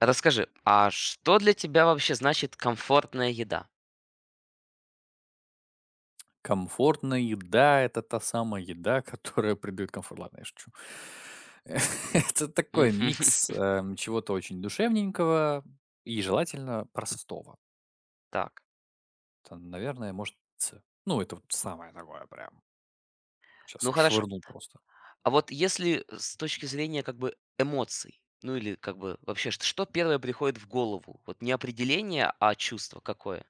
Расскажи, а что для тебя вообще значит комфортная еда? Комфортная еда- это та самая еда, которая придает комфорт. Ладно, я шучу. Это такой Мгм. микс, чего-то очень душевненького и желательно простого. Так, Это, наверное, может, пицца. Ну, это вот самое такое прям. Сейчас ну я хорошо. швырнул просто. А вот если с точки зрения как бы эмоций, ну или как бы вообще, что первое приходит в голову? Вот не определение, а чувство какое?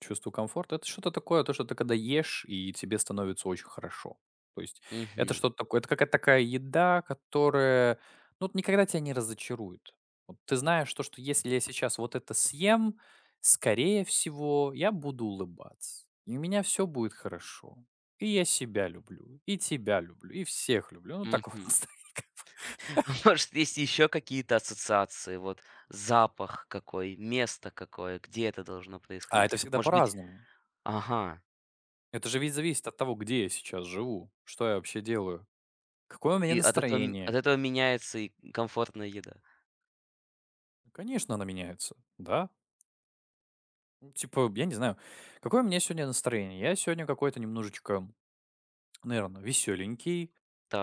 Чувство комфорта- это что-то такое, то, что ты когда ешь, и тебе становится очень хорошо. То есть это Мгм. что-то такое, это какая-то такая еда, которая, ну, вот никогда тебя не разочарует. Вот ты знаешь то, что если я сейчас вот это съем, скорее всего, я буду улыбаться, и у меня все будет хорошо. И я себя люблю, и тебя люблю, и всех люблю. Ну, такого Мгм. настроения. А может, есть еще какие-то ассоциации? Вот запах какой, место какое, где это должно А происходить? это всегда Может быть, по-разному. ага. Это же ведь зависит от того, где я сейчас живу, что я вообще делаю, какое у меня И от этого, настроение. от этого меняется и комфортная еда. Конечно, она меняется, да. Ну, типа, я не знаю, какое у меня сегодня настроение. Я сегодня какой-то немножечко наверное, веселенький.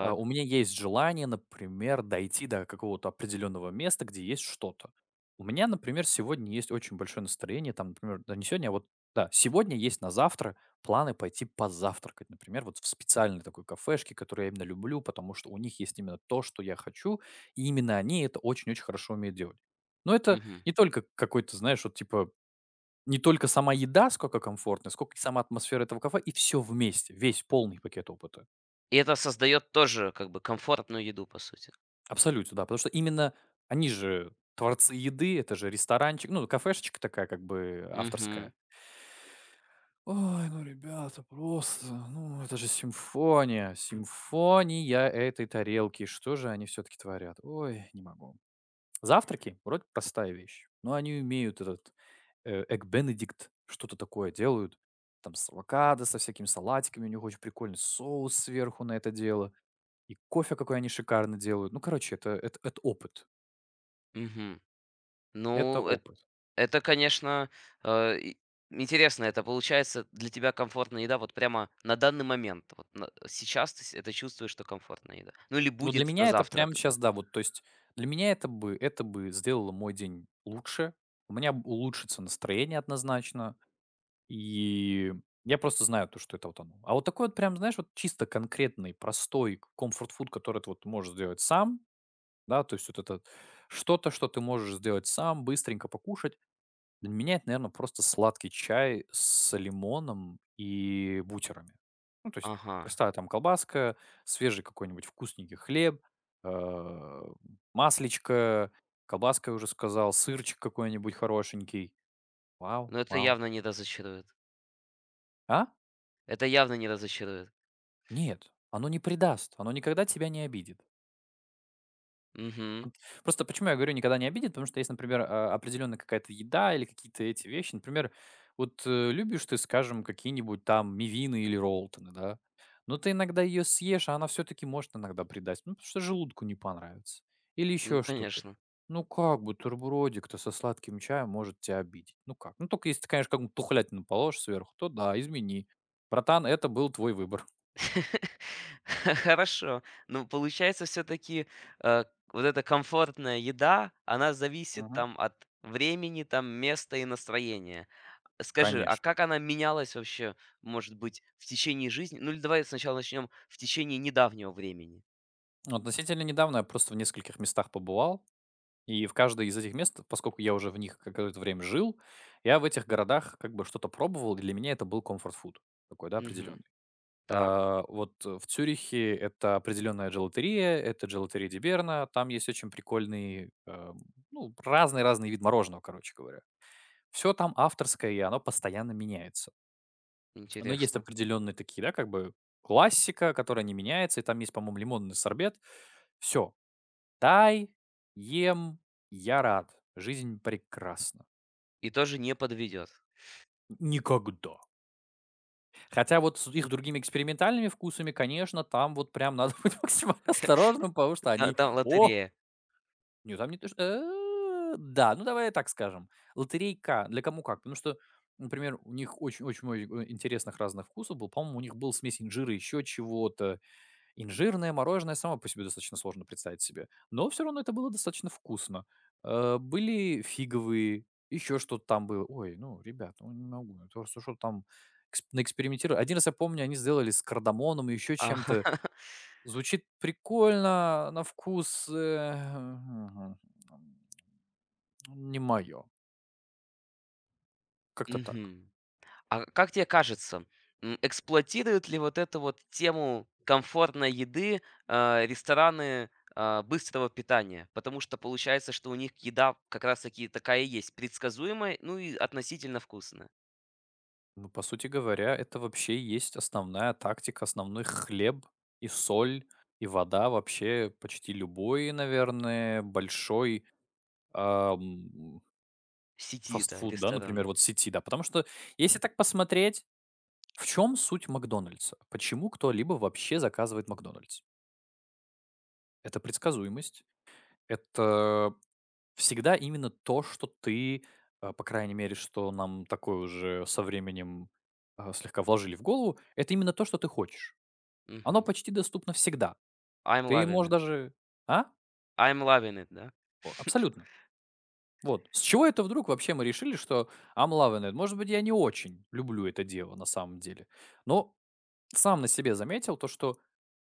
А, у меня есть желание, например, дойти до какого-то определенного места, где есть что-то. У меня, например, сегодня есть очень большое настроение, там, например, да не сегодня, а вот, да, сегодня есть на завтра планы пойти позавтракать, например, вот в специальной такой кафешке, которую я именно люблю, потому что у них есть именно то, что я хочу, и именно они это очень-очень хорошо умеют делать. Но это не только какой-то, знаешь, вот типа не только сама еда сколько комфортная, сколько и сама атмосфера этого кафе, и все вместе, весь полный пакет опыта. И это создает тоже как бы комфортную еду, по сути. Абсолютно, да. Потому что именно они же творцы еды, это же ресторанчик, ну, кафешечка такая как бы Мгм, авторская. Ой, ну, ребята, просто, ну, это же симфония, симфония этой тарелки. Что же они все-таки творят? Ой, не могу. Завтраки вроде простая вещь, но они умеют этот Egg Benedict, что-то такое делают. Там с авокадо, со всякими салатиками, у них очень прикольный соус сверху на это дело. И кофе какой они шикарно делают. Ну, короче, это опыт. мгм. Это Ну, эт опыт. это, конечно, и интересно. Это получается для тебя комфортная еда вот прямо на данный момент. Вот на сейчас ты с это чувствуешь, что комфортная еда. Ну или Ну, для будет на меня это прямо завтрак, сейчас да. да, вот, то есть для меня это бы сделало мой день лучше. У меня б улучшится настроение однозначно, и я просто знаю то, что это вот оно. А вот такой вот прям, знаешь, вот чисто конкретный, простой комфорт-фуд, который ты вот можешь сделать сам, да, то есть вот это вот что-то, что ты можешь сделать сам, быстренько покушать. Для меня это, наверно, просто сладкий чай с лимоном и бутерами. Ну, то есть Ага. простая там колбаска, свежий какой-нибудь вкусненький хлеб, э, масличко, колбаска, я уже сказал, сырчик какой-нибудь хорошенький. Вау, Но это вау. явно не разочарует. А? Это явно не разочарует. Нет, оно не придаст, оно никогда тебя не обидит. Мгм. Просто почему я говорю никогда не обидит, потому что есть, например, определенная какая-то еда или какие-то эти вещи. Например, вот любишь ты, скажем, какие-нибудь там мивины или роллтоны, да? Но ты иногда ее съешь, а она все-таки может иногда придать. Ну, потому что желудку не понравится. Или Ну, еще что-то. конечно. Ну как бутербродик-то со сладким чаем может тебя обидеть? Ну как? Ну только если ты, конечно, как-нибудь тухлятину положишь сверху, то да, измени. Братан, это был твой выбор. Хорошо. Ну, получается, все-таки вот эта комфортная еда, она зависит Мгм. там от времени, там места и настроения. Скажи, а Конечно. как она менялась вообще, может быть, в течение жизни? Ну, или давай сначала начнем в течение недавнего времени. Ну, относительно недавно я просто в нескольких местах побывал, и в каждой из этих мест, поскольку я уже в них какое-то время жил, я в этих городах как бы что-то пробовал, и для меня это был комфорт-фуд такой, да, Мгм. определенный. Так, А, вот в Цюрихе это определенная джелатерия, это джелатерия Диберна, там есть очень прикольный, ну, разный-разный вид мороженого, короче говоря. Все там авторское, и оно постоянно меняется. Но есть интересно. определенные такие, да, как бы классика, которая не меняется, и там есть, по-моему, лимонный сорбет. Все, тай ем, я рад. Жизнь прекрасна. И тоже не подведет. Никогда. Хотя вот с их другими экспериментальными вкусами, конечно, там вот прям надо быть максимально осторожным, потому что они. Там О, лотерея. не, там не то, что да, ну, давай так скажем. Лотерейка для кому как. Потому что, например, у них очень очень много интересных разных вкусов был. По-моему, у них был смесь инжира, еще чего-то. Инжирное мороженое само по себе достаточно сложно представить себе, но все равно это было достаточно вкусно. Были фиговые, еще что-то там было. Ой, ну, ребят, ну не могу, это просто что там экс наэкспериментировали. Один раз я помню, они сделали с кардамоном и еще Ага. чем-то. Звучит прикольно, на вкус, не мое. Как-то так. Мгм. А как тебе кажется, эксплуатируют ли вот эту вот тему комфортной еды, рестораны, быстрого питания? Потому что получается, что у них еда как раз таки такая и есть, предсказуемая, ну и относительно вкусная. Ну, по сути говоря, это вообще и есть основная тактика, основной хлеб и соль, и вода вообще почти любой, наверное, большой, ам, Сети, да, фастфуд, да, например, ресторанов. вот сети, да. Потому что, если так посмотреть, в чем суть "Макдональдса"? Почему кто-либо вообще заказывает "Макдональдс"? Это предсказуемость, это всегда именно то, что ты, по крайней мере, что нам такое уже со временем, слегка вложили в голову, это именно то, что ты хочешь. Оно Мгм. почти доступно всегда. I'm Ты loving можешь it. даже. А? I'm loving it, да? О. Абсолютно. Вот. С чего это вдруг вообще мы решили, что I'm loving it? Может быть, я не очень люблю это дело на самом деле. Но сам на себе заметил то, что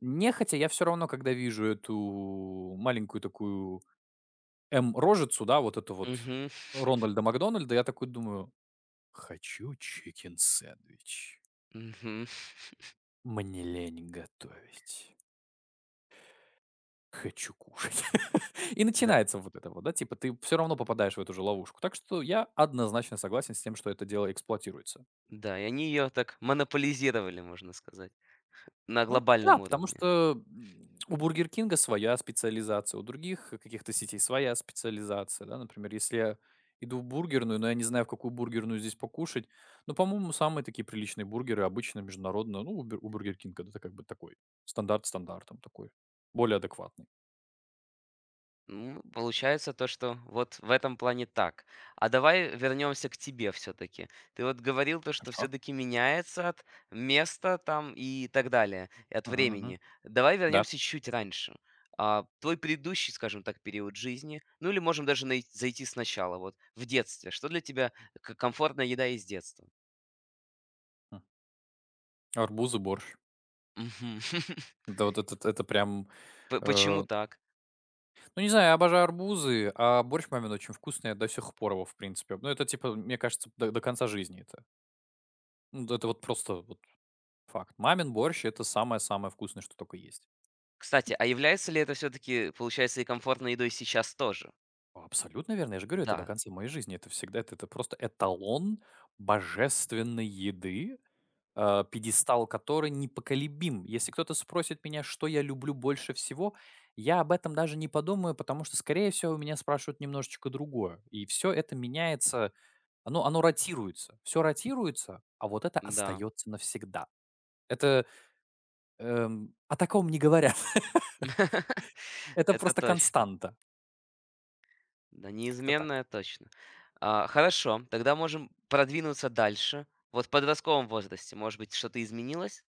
нехотя я все равно, когда вижу эту маленькую такую "М"-рожицу, да, вот эту вот Мгм. Рональда Макдональда, я такой думаю: "Хочу чикен-сэндвич. Мгм. Мне лень готовить". Хочу кушать. И Да, начинается вот это вот, да, типа ты все равно попадаешь в эту же ловушку. Так что я однозначно согласен с тем, что это дело эксплуатируется. да, и они ее так монополизировали, можно сказать, на Ну да, глобальном потому уровне. что, у "Бургер Кинга" своя специализация, у других каких-то сетей своя специализация, да. Например, если я иду в бургерную, но я не знаю, в какую бургерную здесь покушать, но, по-моему, самые такие приличные бургеры обычно международно, ну, у "Бургер Кинга", да это как бы такой стандарт стандартом такой, более адекватный. Ну, получается то, что вот в этом плане так. А давай вернемся к тебе все-таки. Ты вот говорил то, что Хорошо. все-таки меняется от места там и так далее, и от Мгм, мгм. времени. Давай Да. вернемся чуть раньше. А, твой предыдущий, скажем так, период жизни, ну или можем даже зайти сначала, вот в детстве. Что для тебя комфортная еда из детства? М. Арбуз и борщ. Мгм. Да, вот это прям, Почему э, так? ну, не знаю, я обожаю арбузы, а борщ мамин очень вкусный, я до сих пор его, в принципе. Ну, это, типа, мне кажется, до конца жизни это. Ну, это вот просто вот факт. Мамин борщ- это самое-самое вкусное, что только есть. Кстати, а является ли это все-таки, получается, и комфортной едой сейчас тоже? Абсолютно верно, я же говорю, это до Да, конца моей жизни. Это всегда это просто эталон божественной еды, пьедестал которой непоколебим. Если кто-то спросит меня, что я люблю больше всего, я об этом даже не подумаю, потому что, скорее всего, у меня спрашивают немножечко другое. И все это меняется, оно ротируется. Все ротируется, а вот это да. остается навсегда. Это о таком не говорят. Это Это просто точно. константа. Да, Как-то так. неизменное точно. А, хорошо, тогда можем продвинуться дальше. Вот в подростковом возрасте, может быть, что-то изменилось?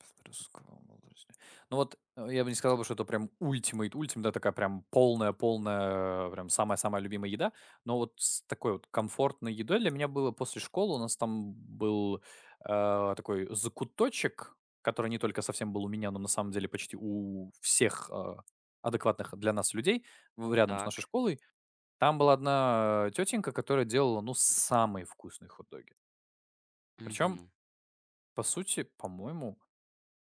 В подростковом возрасте. Ну вот, я бы не сказал бы, что это прям ультимейт ультимейт, да, такая прям полная-полная, прям самая-самая любимая еда. Но вот с такой вот комфортной едой для меня было после школы. У нас там был, такой закуточек, который не только совсем был у меня, но на самом деле почти у всех, адекватных для нас людей в рядом с нашей Так. школой. Там была одна тетенька, которая делала, ну, самые вкусные хот-доги. Причем, Мгм. по сути, по-моему,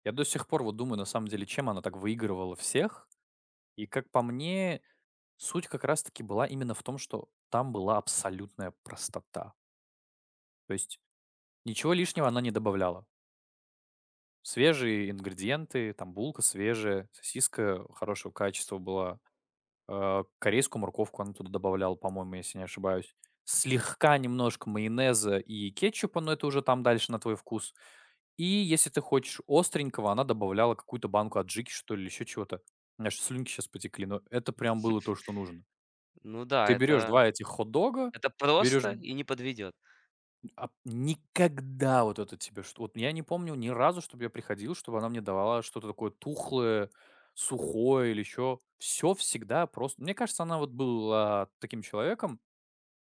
я до сих пор вот думаю, на самом деле, чем она так выигрывала всех. И, как по мне, суть как раз-таки была именно в том, что там была абсолютная простота. То есть ничего лишнего она не добавляла. Свежие ингредиенты, там булка свежая, сосиска хорошего качества была, корейскую морковку она туда добавляла, по-моему, если не ошибаюсь. Слегка немножко майонеза и кетчупа, но это уже там дальше на твой вкус. И если ты хочешь остренького, она добавляла какую-то банку аджики, что ли, или еще чего-то. У меня аж слюнки сейчас потекли, но это прям было то, что нужно. Ну да, Ты берешь 2 этих хот-дога, это берешь просто и не подведет. а никогда вот это тебе что вот я не помню ни разу, чтобы я приходил, чтобы она мне давала что-то такое тухлое, сухое или еще. Все всегда просто мне кажется, она вот была таким человеком,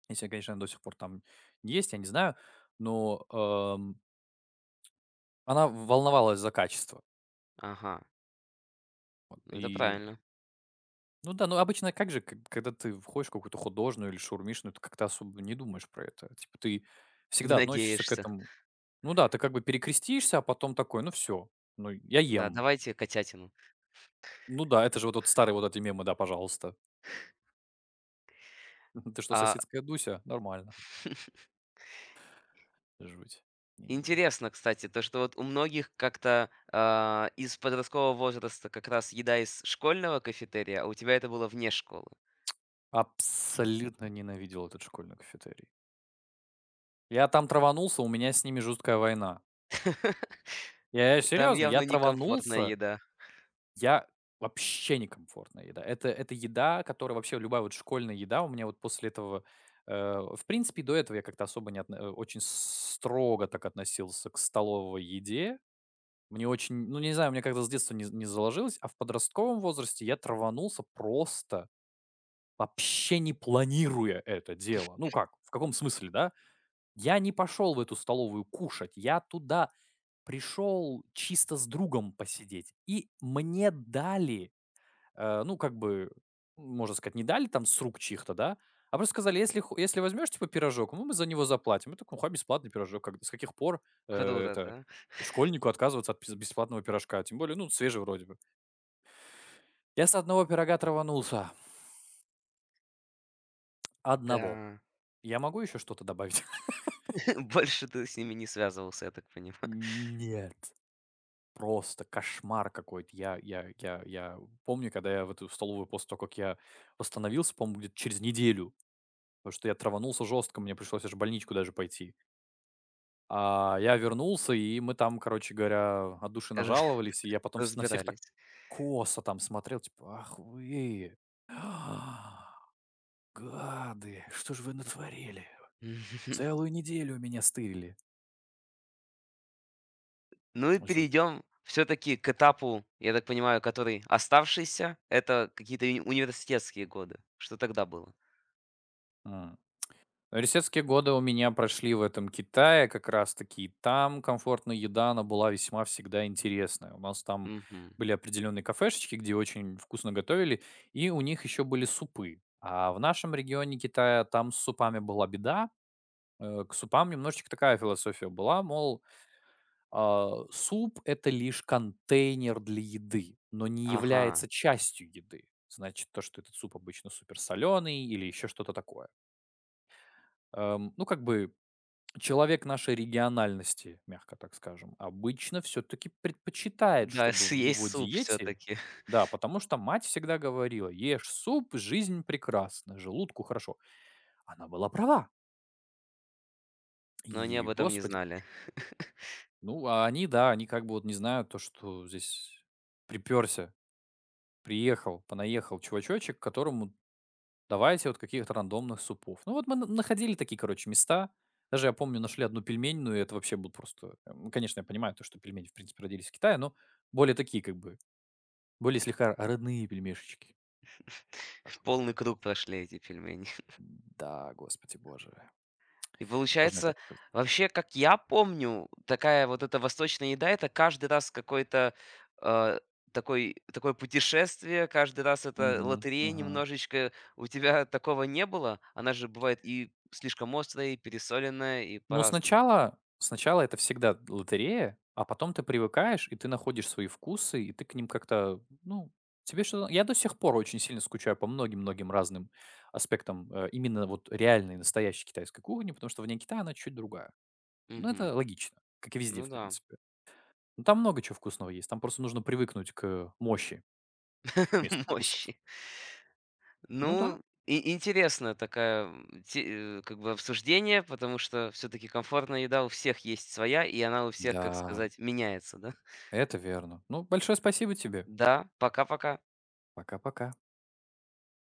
если, конечно, она до сих пор там есть, я не знаю, но, она волновалась за качество. Ага, ну это И, правильно. ну да, ну обычно как же, к когда ты входишь в какую-то художную или шаурмичную, ты как-то особо не думаешь про это. Типа ты Не всегда относишься к надеешься. этому. Ну да, ты как бы перекрестишься, а потом такой: "Ну все, ну я Да, ем". давайте котятину. Ну да, это же вот тот старый вот эти мемы, да, пожалуйста. Ты что, А, соседская Дуся? Нормально. Жуть. Не-не-не. интересно, кстати, то, что вот у многих как-то а, из подросткового возраста как раз еда из школьного кафетерия, а у тебя это было вне школы. Абсолютно ненавидел этот школьный кафетерий. Я там траванулся, у меня с ними жуткая война. Я Там серьезно, я явно некомфортная траванулся, еда. я вообще некомфортная еда. Это еда, которая вообще любая вот школьная еда у меня вот после этого, в принципе, до этого я как-то особо не очень строго так относился к столовой еде. Мне очень, ну, не знаю, мне как-то с детства не заложилось, а в подростковом возрасте я траванулся просто, вообще не планируя это дело. Ну как, в каком смысле, да? Я не пошел в эту столовую кушать, я туда пришел чисто с другом посидеть, и мне дали. Ну, как бы, можно сказать, не дали там с рук чьих-то, да, а просто сказали, если возьмешь, типа, пирожок, мы за него заплатим. Я такой, ха, бесплатный пирожок. Как, с каких пор Круто, это да? школьнику отказываться от бесплатного пирожка? Тем более, ну, свежий вроде бы. Я с одного пирога траванулся. Одного. Да. Я могу еще что-то добавить? Больше ты с ними не связывался, я так понимаю. Нет. Просто кошмар какой-то. Я помню, когда я в эту столовую после того, как я восстановился, по-моему, где-то через неделю, потому что я траванулся жестко, мне пришлось аж в больничку даже пойти. А, я вернулся, и мы там, короче говоря, от души Раз нажаловались, и я потом вс на всех так разбирались. косо там смотрел, типа: "Ах вы, а, гады, что ж вы натворили? Целую неделю меня стырили". Ну и Жуть. перейдем все-таки к этапу, я так понимаю, который оставшийся. Это какие-то университетские годы. Что тогда было? Университетские годы у меня прошли в этом Китае как раз-таки. И там комфортная еда, она была весьма всегда интересная. У нас там Мгм. были определенные кафешечки, где очень вкусно готовили, и у них еще были супы. А в нашем регионе Китая там с супами была беда. К супам немножечко такая философия была, мол, суп– это лишь контейнер для еды, но не Ага. является частью еды. Значит, то, что этот суп обычно супер соленый или еще что-то такое. Ну, как бы человек нашей региональности, мягко так скажем, обычно все-таки предпочитает, Да, чтобы в его съесть суп диете. все-таки. Да, потому что мать всегда говорила: "Ешь суп, жизнь прекрасна, желудку хорошо". Она была права. Но они об И, этом не господи боже, знали. ну, а они, да, они как бы вот не знают то, что здесь приперся, приехал, понаехал чувачочек, которому. Давайте вот каких-то рандомных супов. Ну вот мы находили такие, короче, места. Даже я помню, нашли одну пельменную, и это вообще был просто, ну, конечно, я понимаю, то, что пельмени, в принципе, родились в Китае, но более такие, как бы, более слегка родные пельмешечки. Так, Полный круг прошли эти пельмени. да, господи боже. И Можно и так получается, сказать. вообще, как я помню, такая вот эта восточная еда — это каждый раз какой-то, э, такой такое путешествие, каждый раз это Мгм, лотерея мгм. немножечко. У тебя такого не было? Она же бывает и слишком острая, и пересоленная, и Ну, по-разному. сначала это всегда лотерея, а потом ты привыкаешь, и ты находишь свои вкусы, и ты к ним как-то, ну, тебе что. Я до сих пор очень сильно скучаю по многим-многим разным аспектам, именно вот реальной, настоящей китайской кухни, потому что вне Китая она чуть другая. Ну, Мгм. это логично, как и везде, Ну в да, принципе. Ну, там много чего вкусного есть, там просто нужно привыкнуть к мощи местных вкусов. мощи. Ну да. Ну, и интересно такая, как бы обсуждение, потому что все таки комфортная еда у всех есть своя, и она у всех, как Да, сказать, меняется, да? это верно. Ну, большое спасибо тебе. Да, пока-пока. Пока-пока.